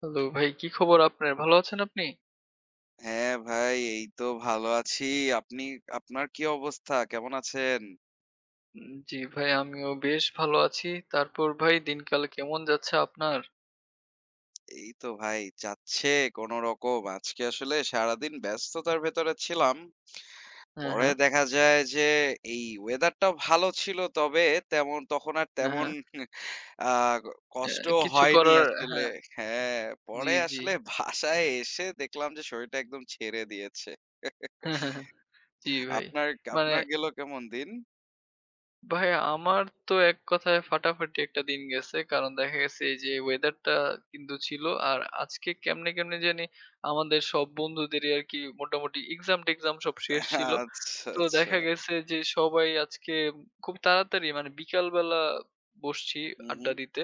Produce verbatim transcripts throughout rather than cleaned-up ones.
Hello ভাই, কি খবর আপনার? ভালো আছেন আপনি? হ্যাঁ ভাই, এই তো ভালো আছি। আপনি আপনার কি অবস্থা? কেমন আছেন? উম জি ভাই, আমিও বেশ ভালো আছি। তারপর ভাই দিনকাল কেমন যাচ্ছে আপনার? এই তো ভাই যাচ্ছে কোনরকম। আজকে আসলে সারাদিন ব্যস্ততার ভেতরে ছিলাম। হ্যাঁ, পরে হ্যাঁ। দেখা যায় যে এই ওয়েদারটা ভালো ছিল তবে তেমন তখন আর হ্যাঁ, তেমন হ্যাঁ। আ অ্যা কষ্টও কিছু হয়নি করার, আসলে। হ্যাঁ, হ্যাঁ, জি, পরে জি। আসলে বাসায় এসে দেখলাম যে শরীরটা একদম ছেড়ে দিয়েছে। হ্যাঁ, হ্যাঁ, হ্যাঁ। জি ভাই। আপনার মানে আপনার গেল কেমন দিন? ভাই আমার তো এক কথায় ফাটাফাটি একটা দিন গেছে। কারণ দেখা গেছে এই যে weather টা কিন্তু ছিল। আর আজকে কেমনে, কেমনে জানি আমাদের সব বন্ধুদেরই আরকি মোটামুটি এক্সাম-টেক্সাম সব শেষ ছিল। আচ্ছা, তো আচ্ছা। দেখা গেছে যে সবাই আজকে খুব তাড়াতাড়ি মানে বিকালবেলা বসছি হু, হু। আড্ডা দিতে।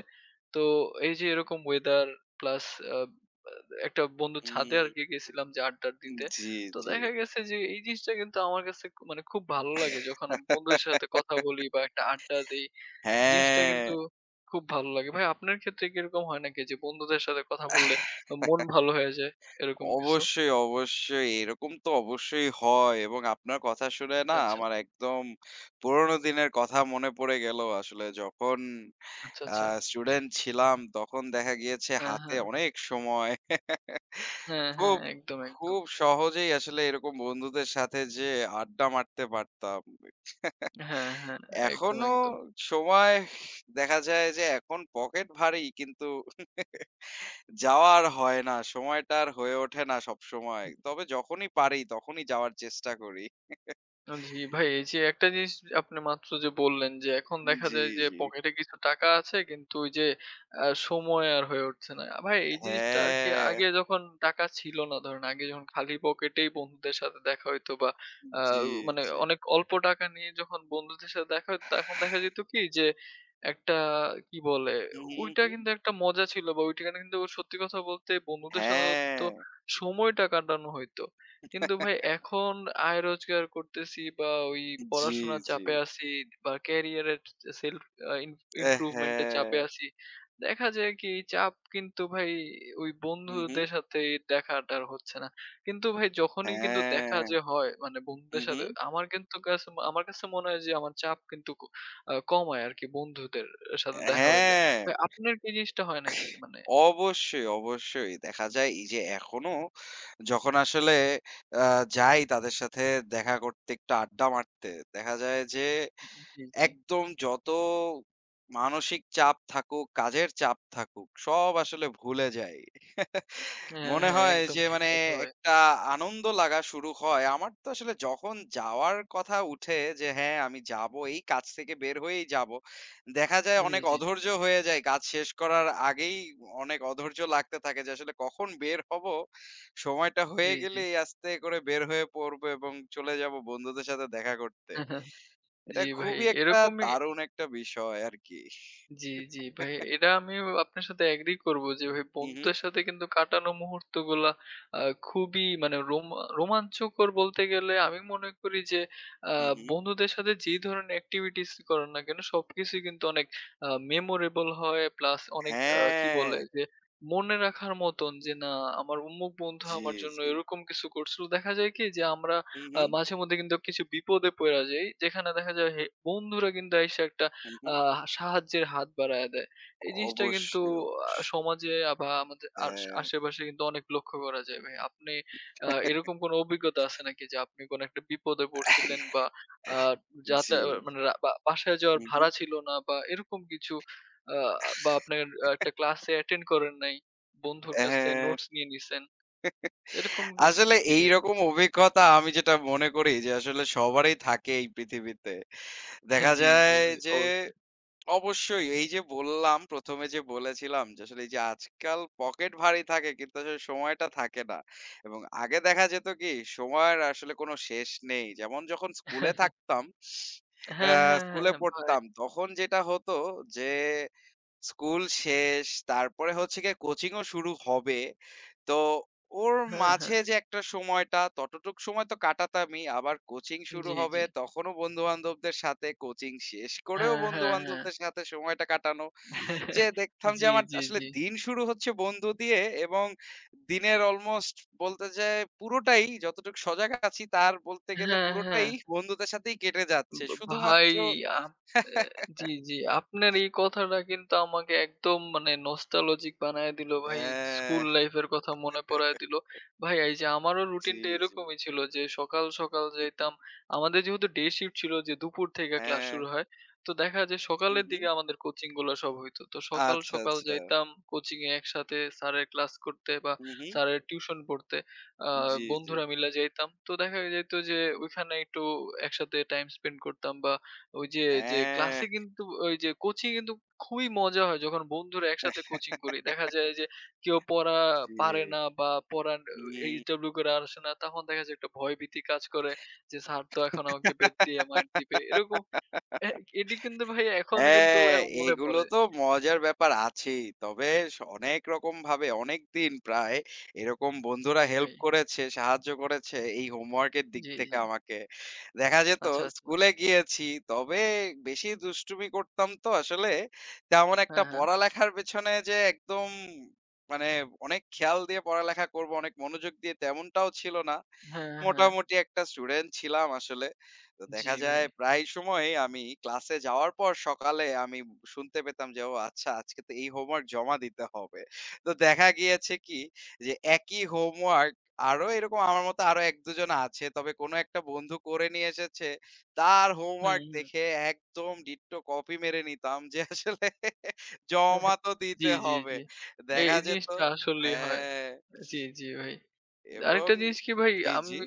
তো এই যে এরকম weather প্লাস আ আ একটা বন্ধুর ছাদে আরকি হুম। গেছিলাম যে আড্ডা দিতে। জি, তো জি। দেখা গেছে যে এই জিনিসটা কিন্তু আমার কাছে খু মানে খুব ভালো লাগে যখন আমি বন্ধুদের সাথে কথা বলি বা একটা আড্ডা দেই। জিনিসটা হ্যাঁ, কিন্তু খুব ভালো লাগে। ভাই আপনার ক্ষেত্রে কি এরকম হয় নাকি যে বন্ধুদের সাথে কথা বললে আ মন ভালো হয়ে যায় এরকম কিছু? অবশ্যই, অবশ্যই। এরকম তো অবশ্যই হয় এবং আপনার কথা শুনে আচ্ছা, না আচ্ছা, আমার একদম পুরোনো দিনের কথা মনে পড়ে গেল আসলে। যখন আচ্ছা, আ আচ্ছা। স্টুডেন্ট ছিলাম তখন দেখা গিয়েছে হ্যাঁ, হাতে হ্যাঁ। অনেক সময়। হ্যাঁ, হ্যাঁ। খুব, একদম, একদম। খুব সহজেই আসলে এরকম বন্ধুদের সাথে যে আড্ডা মারতে পারতাম। হ্যাঁ, হ্যাঁ। একদম, এখনো একদম। সময় দেখা যায় যে এখন পকেট ভারী কিন্তু যাওয়া আর হয় না। সময়টা আর হয়ে ওঠে না সবসময়। তবে যখনই পারি তখনই যাওয়ার চেষ্টা করি। আ জি ভাই, এই যে একটা জিনিস আপনি মাত্র যে বললেন যে এখন দেখা জি, যায় যে জি। পকেটে কিছু টাকা আছে কিন্তু ওই যে আ সময় আর হয়ে উঠছে না। ভাই এই জিনিসটা আরকি হ্যাঁ, আগে যখন টাকা ছিল না, ধরেন আগে যখন খালি পকেটেই বন্ধুদের সাথে দেখা হইতো বা আ জি, মানে জি। অনেক অল্প টাকা নিয়ে যখন বন্ধুদের সাথে দেখা হইতো তখন দেখা যেত কি যে একটা, কি বলে, হুম, হুম, ওইটা হুম। কিন্তু একটা মজা ছিল বা ওইটা কিন্তু সত্যি কথা বলতে বন্ধুদের সাথে তো হ্যাঁ। সময় টা কাটানো হইতো। কিন্তু ভাই এখন আয় রোজগার করতেছি বা ওই জি, পড়াশোনার জি। চাপে আছি বা ক্যারিয়ারের সেলফ এ ইমপ্রুভমেন্ট এর হ্যাঁ। চাপে আছি। দেখা যায় কি চাপ কিন্তু ভাই ওই হুম, হুম। বন্ধুদের সাথে দেখাটা আর হচ্ছে না। কিন্তু ভাই যখনই কিন্তু দেখা হ্যাঁ। যে হয় মানে বন্ধুদের হুম, সাথে, হুম। আমার কিন্তু কাছে আমার কাছে মনে হয় যে আমার চাপ কিন্তু ক আ কমায় আরকি বন্ধুদের সাথে দেখা হইলে। হ্যাঁ। ভাই আপনার কি জিনিসটা হয় নাকি? মানে অবশ্যই, অবশ্যই। দেখা যায় এই যে এখনো যখন আসলে আ যাই তাদের সাথে দেখা করতে, একটু আড্ডা মারতে, দেখা যায় যে জি, জি। একদম যত মানসিক চাপ থাকুক, কাজের চাপ থাকুক, সব আসলে ভুলে যাই। হ্যাঁ, মনে হ্যাঁ হয় একদম যে ঠিক মানে কথা ভাই। একটা আনন্দ লাগা শুরু হয়। আমার তো আসলে যখন যাওয়ার কথা উঠে যে হ্যাঁ, আমি যাবো, এই কাজ থেকে বের হয়েই যাবো। দেখা যায় জি, অনেক জি। অধৈর্য হয়ে যায়। কাজ শেষ করার আগেই অনেক অধৈর্য লাগতে থাকে যে আসলে কখন বের হব? সময়টা জি, হয়ে জি। গেলেই আস্তে করে বের হয়ে পড়বো এবং চলে যাবো বন্ধুদের সাথে দেখা করতে। এটা জি ভাই, খুবই একটা এরকমই। দারুণ একটা বিষয় আরকি। জি, জি ভাই। এটা আমিও আপনার সাথে এগ্রি করব যে ভাই হু, হু, বন্ধুদের সাথে কিন্তু কাটানো মুহূর্তগুলা আ খুবই মানে রোমা রোমাঞ্চকর বলতে গেলে আমি মনে করি যে আ হু, হু। বন্ধুদের সাথে যে ধরনের activities করেন না কেন সবকিছুই কিন্তু অনেক আ memorable হয় প্লাস অনেক আ কি হ্যাঁ, বলে যে মনে রাখার মতন, যে না আমার অমুক বন্ধু জি, আমার জন্য জি। এরকম কিছু করছিল। দেখা যায় কি যে আমরা হু, আ হু, মাঝে মধ্যে কিন্তু কিছু বিপদে পইড়া যাই। যেখানে দেখা যায় হে বন্ধুরা কিন্তু আইসা একটা হু, হু। আ সাহায্যের হাত বাড়ায়া দেয়। এই জিনিসটা কিন্তু অবশ্যই, আ অবশ্যই। সমাজে আ বা আমাদের আশ হ্যাঁ। আশেপাশে কিন্তু অনেক লক্ষ্য করা যায় ভাই। আপনি আ এরকম কোনো অভিজ্ঞতা আছে নাকি যে আপনি কোনো একটা বিপদে পড়ছিলেন বা আ যাতা জি। মানে রা বা বাসায় যাওয়ার হু, হু। ভাড়া ছিল না বা এরকম কিছু, আ বা আপনার আ একটা ক্লাসে অ্যাটেন্ড করেন নাই। বন্ধুর কাছ থেকে হ্যাঁ, নোটস নিয়ে নিছেন। এরকম কিছু আসলে জি ভাই। এইরকম অভিজ্ঞতা আমি যেটা মনে করি যে আসলে সবারই থাকে এই পৃথিবীতে। দেখা জি, জি যায় ভাই যে অবশ্যই। অবশ্যই। এই যে বললাম, ১ম এ যে বলেছিলাম যে আসলে এই যে আজকাল পকেট ভারী থাকে কিন্তু আসলে সময়টা থাকে না। এবং আগে দেখা যেত কি সময়ের আসলে কোনো শেষ নেই। যেমন যখন স্কুলে থাকতাম, আ হ্যাঁ, হ্যাঁ, স্কুলে হ্যাঁ ভাই। পড়তাম তখন যেটা হতো যে স্কুল শেষ, তারপরে হচ্ছে গিয়ে কোচিংও শুরু হবে। তো ওর হ্যাঁ, হ্যাঁ। মাঝে যে একটা সময়টা, ততটুক সময় তো কাটাতামই। আবার কোচিং শুরু জি, জি। হবে, তখনও বন্ধু-বান্ধবদের সাথে, কোচিং শেষ করেও হ্যাঁ, হ্যাঁ, হ্যাঁ। বন্ধু-বান্ধবদের সাথে সময়টা কাটানো। যে দেখতাম যে জি, আমার জি, আসলে জি। দিন শুরু হচ্ছে বন্ধু দিয়ে এবং দিনের অলমোস্ট বলতে যায় পুরোটাই যতটুক সজাগ আছি তার বলতে গেলে হ্যাঁ, হ্যাঁ। পুরোটাই বন্ধুদের সাথেই কেটে যাচ্ছে। ব ভাই, শুধুমাত্র আপ এ জি, জি। আপনার এই কথাটা কিন্তু আমাকে একদম মানে নস্টালজিক বানায় দিল ভাই। স্কুল হ্যাঁ, লাইফ এর কথা মনে পড়ায় দিল। ভাই এই যে আমারও জি, রুটিনটা জি। এরকমই ছিল যে সকাল, সকাল যাইতাম। আমাদের যেহেতু ডে শিফট ছিল যে দুপুর থেকে ক্লাস হ্যাঁ, শুরু হয়। তো দেখা যায় হুম, সকালের হুম। দিকে আমাদের কোচিং গুলা সব হইতো। তো সকাল, আচ্ছা, সকাল আচ্ছা। যাইতাম কোচিং এ একসাথে স্যারের ক্লাস করতে বা হুম, হুম। স্যারের টিউশন পড়তে। আ জি, জি। বন্ধুরা মিলে যাইতাম। তো দেখা যাইত যে ওইখানে একটু একসাথে টাইম স্পেন্ড করতাম বা ওই যে, যে ক্লাসে হ্যাঁ। কিন্তু ওই যে কোচিং কিন্তু খুবই মজা হয় যখন বন্ধুরা একসাথে কোচিং করি। দেখা যায় যে কেউ পড়া জি। পারে না বা পড়া হুম। এইচডব্লিউ করে আসে না। তখন দেখা যায় একটা ভয়ভীতি কাজ করে যে স্যার তো এখন আমাকে বেত দিয়ে মাইর দিবে। এরকম এ এটি কিন্তু ভাই এখন কিন্তু হ্যাঁ, এ মনে এগুলো পড়ে। তো মজার ব্যাপার আছেই। তবে স অনেক রকমভাবে অনেকদিন প্রায় এরকম বন্ধুরা জি হেল্প ভাই। করেছে, সাহায্য করেছে এই হোমওয়ার্কের দিক জি, থেকে জি। আমাকে। দেখা যেত আচ্ছা, আচ্ছা। স্কুলে গিয়েছি, তবে বেশি দুষ্টুমি করতাম তো আসলে তেমন একটা হ্যাঁ, হ্যাঁ। পড়ালেখার পেছনে যে একদম মানে অনেক খেয়াল দিয়ে পড়ালেখা করব, অনেক মনোযোগ দিয়ে তেমনটাও ছিল না। হ্যাঁ, হ্যাঁ। মোটামুটি একটা স্টুডেন্ট ছিলাম আসলে। তো জি দেখা ভাই। যায় প্রায় সময়ই আমি ক্লাসে যাওয়ার পর সকালে আমি শুনতে পেতাম যে, "ও আচ্ছা আজকে তো এই হোমওয়ার্ক জমা দিতে হবে।" তো দেখা গিয়েছে কি যে একই হোমওয়ার্ক আরো এরকম আমার মতো আরো এক দুই জন আছে। তবে কোন একটা বন্ধু করে নিয়ে এসেছে। তার হুম, হোমওয়ার্ক হুম। দেখে একদম ডিট্টো কপি মেরে নিতাম যে আসলে জমা তো জি, দিতে জি, হবে। জি। এই দেখা এই যেত জিনিসটা আসলেই হয়। হ্যাঁ, জি, জি ভাই। এবং আরেকটা জিনিস কি ভাই জি, জি। আমি,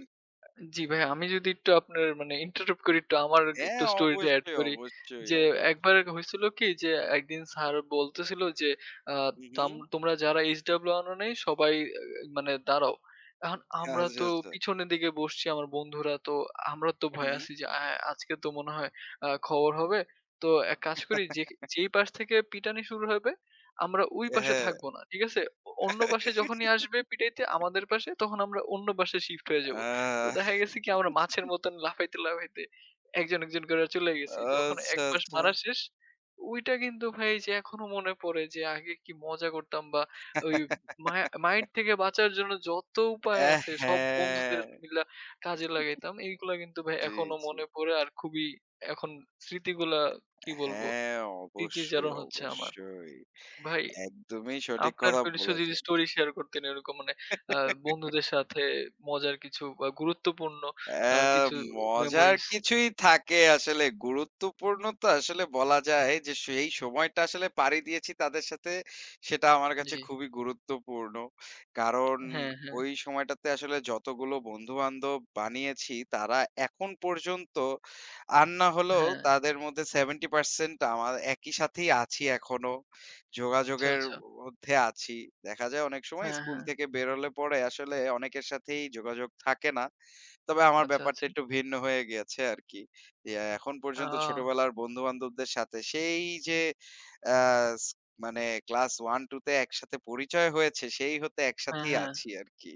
জি ভাই, আমি যদি একটু আপনার মানে interrupt করি একটু আমার হ্যাঁ, একটু স্টোরিটা এড অবশ্যই, করি। অবশ্যই, যে একবার অবশ্যই। হইছিল কি যে একদিন স্যার বলতেছিল যে আ হু, হু। তাম তোমরা যারা এইচ ডব্লিউ আনো নাই সবাই আ মানে দাঁড়াও। এখন আমরা আচ্ছা, তো আচ্ছা। পিছনের দিকে বসছি, আমার বন্ধুরা তো আমরা তো হু, ভয়ে হু। আছি যে আ আজকে তো মনে হয় আ খবর হবে। তো এক কাজ করি যে যেই পাশ থেকে পিটানি শুরু হবে আমরা ওই পাশে হ্যাঁ, থাকবো না। ঠিক আছে? অন্য পাশে যখনই আসবে পিটাইতে আমাদের পাশে তখন আমরা অন্য পাশে শিফট হয়ে যাব। তো আহ দেখা গেছে কি আমরা মাছের মতন লাফাইতে, লাফাইতে একজন, একজন করে চলে গেছি। যখন আচ্ছা, একপাশ আচ্ছা। মারা শেষ, ওইটা কিন্তু ভাই যে এখনো মনে পড়ে, যে আগে কি মজা করতাম বা ওই মায়া মাইর থেকে বাঁচার জন্য যত উপায় অ্যা আছে সব বন্ধুদের হ্যাঁ, মিলা কাজে লাগাইতাম। এইগুলা কিন্তু ভাই জি, এখনো জি। মনে পড়ে আর খুবই এখন স্মৃতিগুলা, কি বলবো, হ্যাঁ, অবশ্যই, স্মৃতিচারণ হচ্ছে আমার। অবশ্যই। ভাই একদমই সঠিক আপনার কথা কিছু যদি বলেছেন। স্টোরি শেয়ার করতেন এরকম মানে আ বন্ধুদের সাথে মজার কিছু বা গুরুত্বপূর্ণ আ অ্যা কিছু মজার মেমোরিজ। কিছুই থাকে আসলে। গুরুত্বপূর্ণ তো আসলে বলা যায় যে সেই সময়টা আসলে পাড়ি দিয়েছি তাদের সাথে, সেটা আমার কাছে জি। খুবই গুরুত্বপূর্ণ। কারণ হ্যাঁ, হ্যাঁ, ওই সময়টাতে আসলে যতগুলো বন্ধু-বান্ধব বানিয়েছি, তারা এখন পর্যন্ত আর না হলেও হ্যাঁ। তাদের মধ্যে সত্তর শতাংশ আমার একই সাথেই আছি এখনো। আচ্ছা, যোগাযোগের আচ্ছা। মধ্যে আছি। দেখা যায় অনেক সময় হ্যাঁ, স্কুল হ্যাঁ। থেকে বের হলে পরে আসলে অনেকের সাথেই যোগাযোগ থাকে না। তবে আমার আচ্ছা, ব্যাপারটা আচ্ছা। একটু ভিন্ন হয়ে গেছে আরকি। যে এখন আ পর্যন্ত ছোটবেলার বন্ধু-বান্ধবদের সাথে সেই যে আ স মানে ক্লাস এক দুই তে একসাথে পরিচয় হয়েছে, সেই হতে হ্যাঁ, একসাথেই হ্যাঁ। আছি আরকি।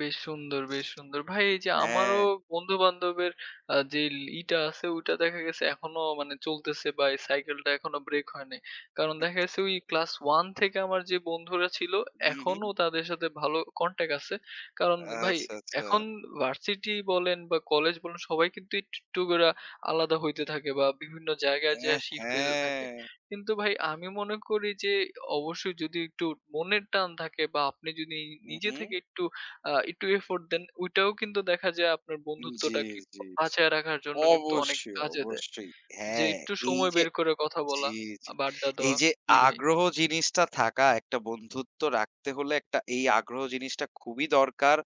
বেশ সুন্দর, বেশ সুন্দর। ভাই এই যে হ্যাঁ। আমারও বন্ধু-বান্ধবের আ যে ল ইটা আছে ওইটা দেখা গেছে এখনো মানে চলতেছে বা এই সাইকেলটা এখনো ব্রেক হয় নাই। কারণ দেখা গেছে ওই ক্লাস ওয়ান থেকে আমার যে বন্ধুরা ছিল হু, হু। এখনো তাদের সাথে ভালো কনট্যাক্ট আছে। কারণ ভাই আচ্ছা, আচ্ছা। এখন ভার্সিটি বলেন বা কলেজ বলেন সবাই কিন্তু একটু, একটু করে আলাদা হইতে থাকে বা বিভিন্ন জায়গায় অ্যা যেয়ে শিফট হইতে থাকে। হ্যাঁ। কিন্তু ভাই আমি মনে করি যে অবশ্যই যদি একটু মনের টান থাকে বা আপনি যদি হু, নিজে হু। থেকে একটু আ একটু এফোর্ট দেন। ওইটাও কিন্তু দেখা যায় আপনার জি, বন্ধুত্বটা কি জি, জি। বাঁচায় রাখার জন্য কিন্তু অনেক অবশ্যই, কাজে দেয়। অবশ্যই। যে হ্যাঁ, একটু এই সময় যে বের করে কথা বলা জি, জি। বা আড্ডা এই দেওয়া। যে জি ভাই, আগ্রহ জিনিসটা থাকা একটা বন্ধুত্ব রাখতে হলে একটা এই আগ্রহ জিনিসটা খুবই দরকার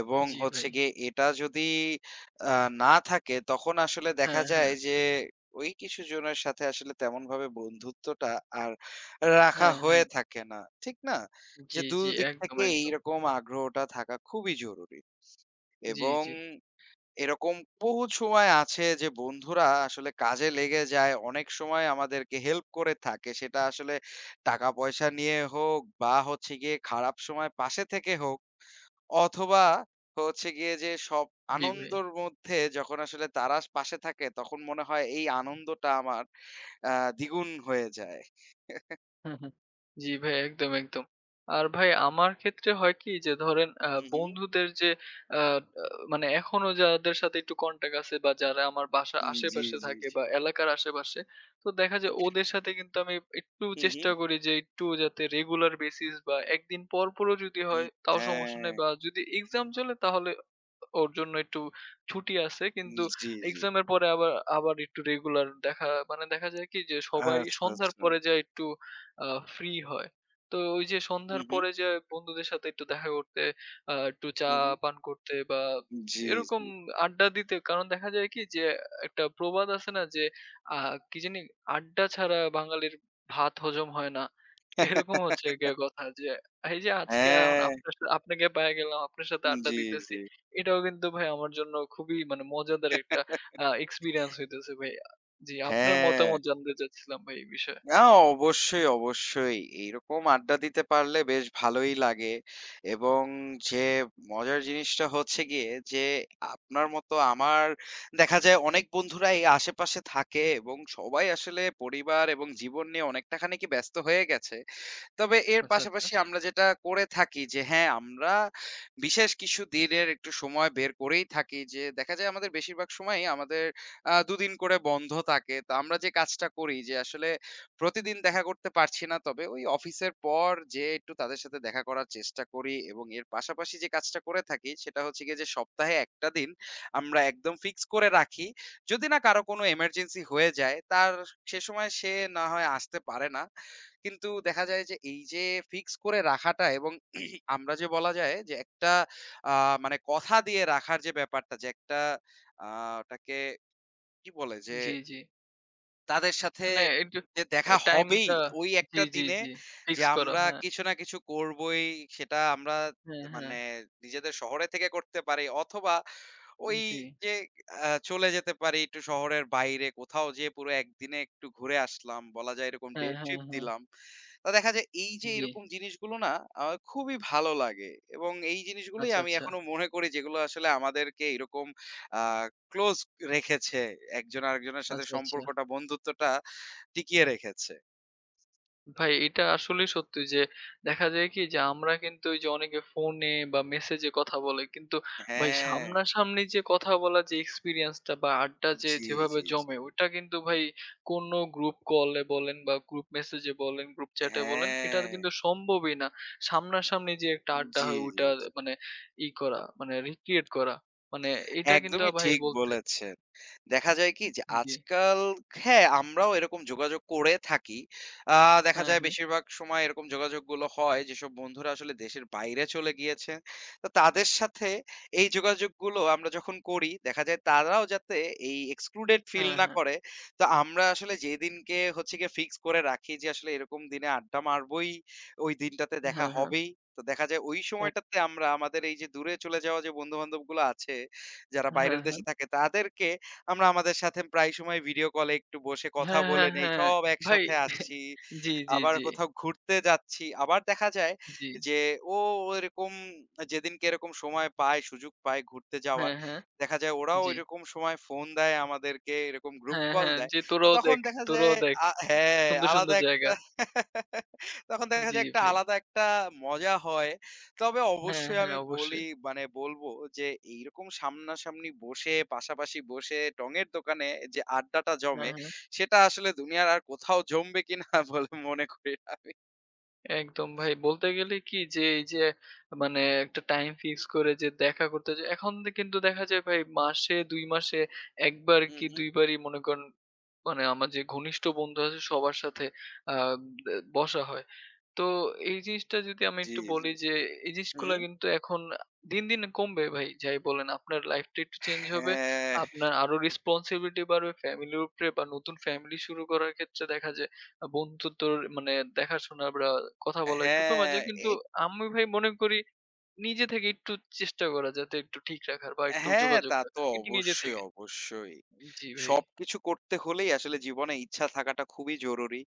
এবং জি হচ্ছে ভাই। গিয়ে এটা যদি আ না থাকে তখন আসলে দেখা হ্যাঁ, হ্যাঁ। যায় যে ওই কিছু জনের সাথে আসলে তেমনভাবে বন্ধুত্বটা আর রাখা হ্যাঁ, হ্যাঁ। হয়ে থাকে না। ঠিক না? যে জি, দুই জি। দিক একদম, থেকে একদম। এইরকম আগ্রহটা থাকা খুবই জরুরি জি, এবং জি। এরকম বহুত সময় আছে যে বন্ধুরা আসলে কাজে লেগে যায়। অনেক সময় আমাদেরকে হেল্প করে থাকে। সেটা আসলে টাকা-পয়সা নিয়ে হোক বা হচ্ছে গিয়ে খারাপ সময় পাশে থেকে হোক অথবা হচ্ছে গিয়ে যে সব জি ভাই। আনন্দর মধ্যে যখন আসলে তারা পাশে থাকে তখন মনে হয় এই আনন্দটা আমার আ দ্বিগুণ হয়ে যায়। হুম, হুম। জি ভাই একদম, একদম। আর ভাই আমার ক্ষেত্রে হয় কি যে ধরেন আ হু, হু। বন্ধুদের যে আ আ মানে এখনো যাদের সাথে একটু কনট্যাক্ট আছে বা যারা আমার বাসার উম জি, আশেপাশে জি, থাকে জি। বা এলাকার আশেপাশে, তো দেখা যায় ওদের সাথে কিন্তু আমি একটু হু, হু। চেষ্টা করি যে একটু যাতে রেগুলার বেসিস বা একদিন পর পরও যদি হয় হুম, তাও সমস্যা নাই, হ্যাঁ। বা যদি এক্সাম চলে তাহলে ওর জন্য একটু ছুটি আছে। উম, কিন্তু জি, জি। এক্সামের পরে আবার আবার একটু রেগুলার দেখা, মানে দেখা যায় কি যে সবাই আচ্ছা, সন্ধ্যার আচ্ছা। পরে যায় একটু আ ফ্রি হয়। তো ওই যে হু, সন্ধ্যার হু, পরে যে বন্ধুদের সাথে একটু দেখা করতে, আ একটু চা হু, হু। পান করতে বা জি, এরকম জি। আড্ডা দিতে। কারণ দেখা যায় কি যে একটা প্রবাদ আছে না যে আ কি জানি আড্ডা ছাড়া বাঙালির ভাত হজম হয় না। এরকম হচ্ছে গিয়ে কথা যে এই যে আজকে এখন হ্যাঁ, আপনার সা আপনাকে পাইয়া গেলাম, আপনার সাথে আড্ডা জি, দিতেছি। জি। এটাও কিন্তু ভাই আমার জন্য খুবই মানে মজাদার একটা আ এক্সপেরিয়েন্স হইতেছে ভাই। জি, আপনার হ্যাঁ, মতামত জানতে চাচ্ছিলাম ভাই এই বিষয়ে। না অবশ্যই, অবশ্যই। এইরকম আড্ডা দিতে পারলে বেশ ভালোই লাগে এবং যে মজার জিনিসটা হচ্ছে গিয়ে যে আপনার মতো আমার দেখা যায় অনেক বন্ধুরাই আশেপাশে থাকে এবং সবাই আসলে পরিবার এবং জীবন নিয়ে অনেকটা খানিকই ব্যস্ত হয়ে গেছে। তবে এর আচ্ছা, আচ্ছা। পাশাপাশি আমরা যেটা করে থাকি যে হ্যাঁ, আমরা বিশেষ কিছু দিনের একটু সময় বের করেই থাকি যে দেখা যায় আমাদের বেশিরভাগ সময়ই আমাদের আ দুই দিন করে বন্ধ থাকে। তো আমরা যে কাজটা করি যে আসলে প্রতিদিন দেখা করতে পারছি না। তবে ওই অফিসের পর যেয়ে একটু তাদের সাথে দেখা করার চেষ্টা করি এবং এর পাশাপাশি যে কাজটা করে থাকি সেটা হচ্ছে গিয়ে যে সপ্তাহে একটা দিন আমরা একদম ফিক্স করে রাখি। যদি না কারো কোনো এমার্জেন্সি হয়ে যায় তার সে সময় সে না হয় আসতে পারে না। কিন্তু দেখা যায় যে এই যে ফিক্স করে রাখাটা এবং আমরা যে বলা যায় যে একটা আহ, মানে কথা দিয়ে রাখার যে ব্যাপারটা যে একটা আহ, ওটাকে কি বলে যে জি, জি। তাদের সাথে মানে একটু যে আ দেখা হবেই টাইমটা ওই জি, একটা জি, দিনে জি। যে ফিক্স করা। আমরা হ্যাঁ, কিছু না কিছু করবোই সেটা আমরা হ্যাঁ, হ্যাঁ। মানে নিজেদের শহরে থেকে করতে পারি অথবা ওই জি। যে আহ, চলে যেতে পারি একটু শহরের বাইরে কোথাও যেয়ে পুরো একদিনে একটু ঘুরে আসলাম বলা যায় এরকম ডে হ্যাঁ, হ্যাঁ, ট্রিপ হ্যাঁ। দিলাম তা দেখা যায় এই যে জি। এরকম জিনিসগুলো না আমার খুবই ভালো লাগে এবং এই জিনিসগুলোই আচ্ছা, আমি আচ্ছা। এখনো মনে করি যেগুলো আসলে আমাদেরকে এরকম আহ ক্লোজ রেখেছে। একজন আরেকজনের সাথে আচ্ছা, আচ্ছা। সম্পর্কটা, বন্ধুত্বটা টিকিয়ে রেখেছে। ভাই এটা আসলেই সত্যি যে দেখা যায় কি যে আমরা কিন্তু ওই যে অনেকে ফোনে বা মেসেজে কথা বলে কিন্তু ভাই হ্যাঁ। সামনাসামনি যে কথা বলা, যে এক্সপিরিয়েন্সটা বা আড্ডা যে জি, যেভাবে জি, জি। জমে ওটা কিন্তু ভাই কোনো গ্রুপ কলে বলেন বা গ্রুপ মেসেজে বলেন গ্রুপ চ্যাটে বলেন এটা হ্যাঁ। কিন্তু সম্ভবই না। সামনাসামনি যে একটা আড্ডা জি, হয় জি, ওটা জি। মানে ই করা মানে রিক্রিয়েট করা মানে এটা কিন্তু একদমই ভাই ঠিক বলতে বলেছেন। দেখা যায় কি যে জি আজকাল হ্যাঁ, আমরাও এরকম যোগাযোগ করে থাকি। আ দেখা হ্যাঁ যায় বেশিরভাগ সময় এরকম যোগাযোগগুলো হয় যেসব বন্ধুরা আসলে দেশের বাইরে চলে গিয়েছে। তো তাদের সাথে এই যোগাযোগগুলো আমরা যখন করি, দেখা যায় তারাও যাতে এই excluded ফিল হ্যাঁ না হ্যাঁ করে। তো আমরা আসলে যেদিনকে হচ্ছে গিয়ে ফিক্স করে রাখি যে আসলে এরকম দিনে আড্ডা মারবই, ওই দিনটাতে দেখা হ্যাঁ হ্যাঁ হ্যাঁ হবেই। তো দেখা যায় ওই এক- সময়টাতে আমরা আমাদের এই যে দূরে চলে যাওয়া যে বন্ধু-বান্ধবগুলো আছে যারা হ্যাঁ বাইরের হ্যাঁ দেশে থাকে তাদেরকে আমরা আমাদের সাথে প্রায় সময় ভিডিও কলে একটু বসে কথা হ্যাঁ হ্যাঁ বলে নেই। হ্যাঁ সব ভাই একসাথে আসছি। জি, জি, আবার জি, কোথাও ঘুরতে যাচ্ছি। আবার দেখা যায় জি। যে ও এরকম যেদিনকে এরকম সময় পায়, সুযোগ পায় ঘুরতে যাওয়ার, হ্যাঁ, হ্যাঁ, দেখা যায় ওরাও জি। ঐরকম সময় ফোন দেয় আমাদেরকে, এরকম গ্রুপ হ্যাঁ, কল হ্যাঁ, দেয়। জি তো তোরাও তখন দেখ, দেখা যায় তোরাও দেখ। আ হ্যাঁ, সুন্দর, আলাদা সুন্দর জায়গা। একটা তখন দেখা জি যায় একটা ভাই। আলাদা একটা মজা হয়। তবে হ্যাঁ, অবশ্যই হ্যাঁ, আমি অবশ্যই। বলি মানে বলবো যে এইরকম সামনাসামনি বসে পাশাপাশি বসে টঙের দোকানে যে আড্ডাটা হ্যাঁ, জমে হ্যাঁ। সেটা আসলে দুনিয়ার আর কোথাও জমবে কিনা বলে মনে করি না আমি। একদম ভাই। বলতে গেলে কি যে এই যে মানে একটা টাইম ফিক্স করে যে দেখা করতে, যে এখন দে কিন্তু দেখা যায় ভাই মাসে দুই মাসে এক বার হুম, কি হুম। দুই বারই মনে করেন মানে আমার যে ঘনিষ্ঠ বন্ধু আছে সবার সাথে আ দে বসা হয়। তো এই জিনিসটা যদি আমি জি, একটু জি। বলি যে এই হুম, জিনিসগুলা হুম। কিন্তু এখন দিন, দিন কমবে ভাই। যাই বলেন আপনার লাইফটা একটু চেঞ্জ হবে। হ্যাঁ, আপনার আরো রেসপনসিবিলিটি বাড়বে ফ্যামিলির উপরে বা নতুন ফ্যামিলি শুরু করার ক্ষেত্রে দেখা যায় আ বন্ধুত্বর মানে দেখাশোনা বা কথা বলা এটুকুর মাঝে হ্যাঁ। কিন্তু আমি ভাই মনে করি নিজে থেকে একটু চেষ্টা করা যাতে একটু ঠিক রাখার বা একটু হ্যাঁ, যোগাযোগ তা তো রাখার। এটি নিজে অবশ্যই, থেকে। অবশ্যই। জি ভাই। সবকিছু করতে হলেই আসলে জীবনে ইচ্ছা থাকাটা খুবই জরুরি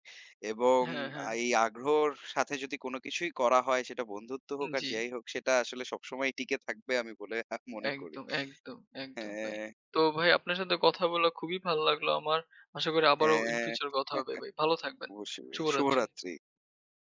এবং হ্যাঁ, হ্যাঁ। আ এই আগ্রহর সাথে যদি কোন কিছুই করা হয় সেটা বন্ধুত্ব হোক আর জি। যাই হোক সেটা আসলে সবসময় টিকে থাকবে আমি বলে মনে করি। একদম, একদম, একদম ভাই। হ্যাঁ, তো ভাই আপনার সাথে কথা বলা খুবই ভালো লাগলো আমার। আশা করি আবারও in হ্যাঁ, future কথা হবে ভাই। ভালো থাকবেন। অবশ্যই। শুভরাত্রি। শুভরাত্রি।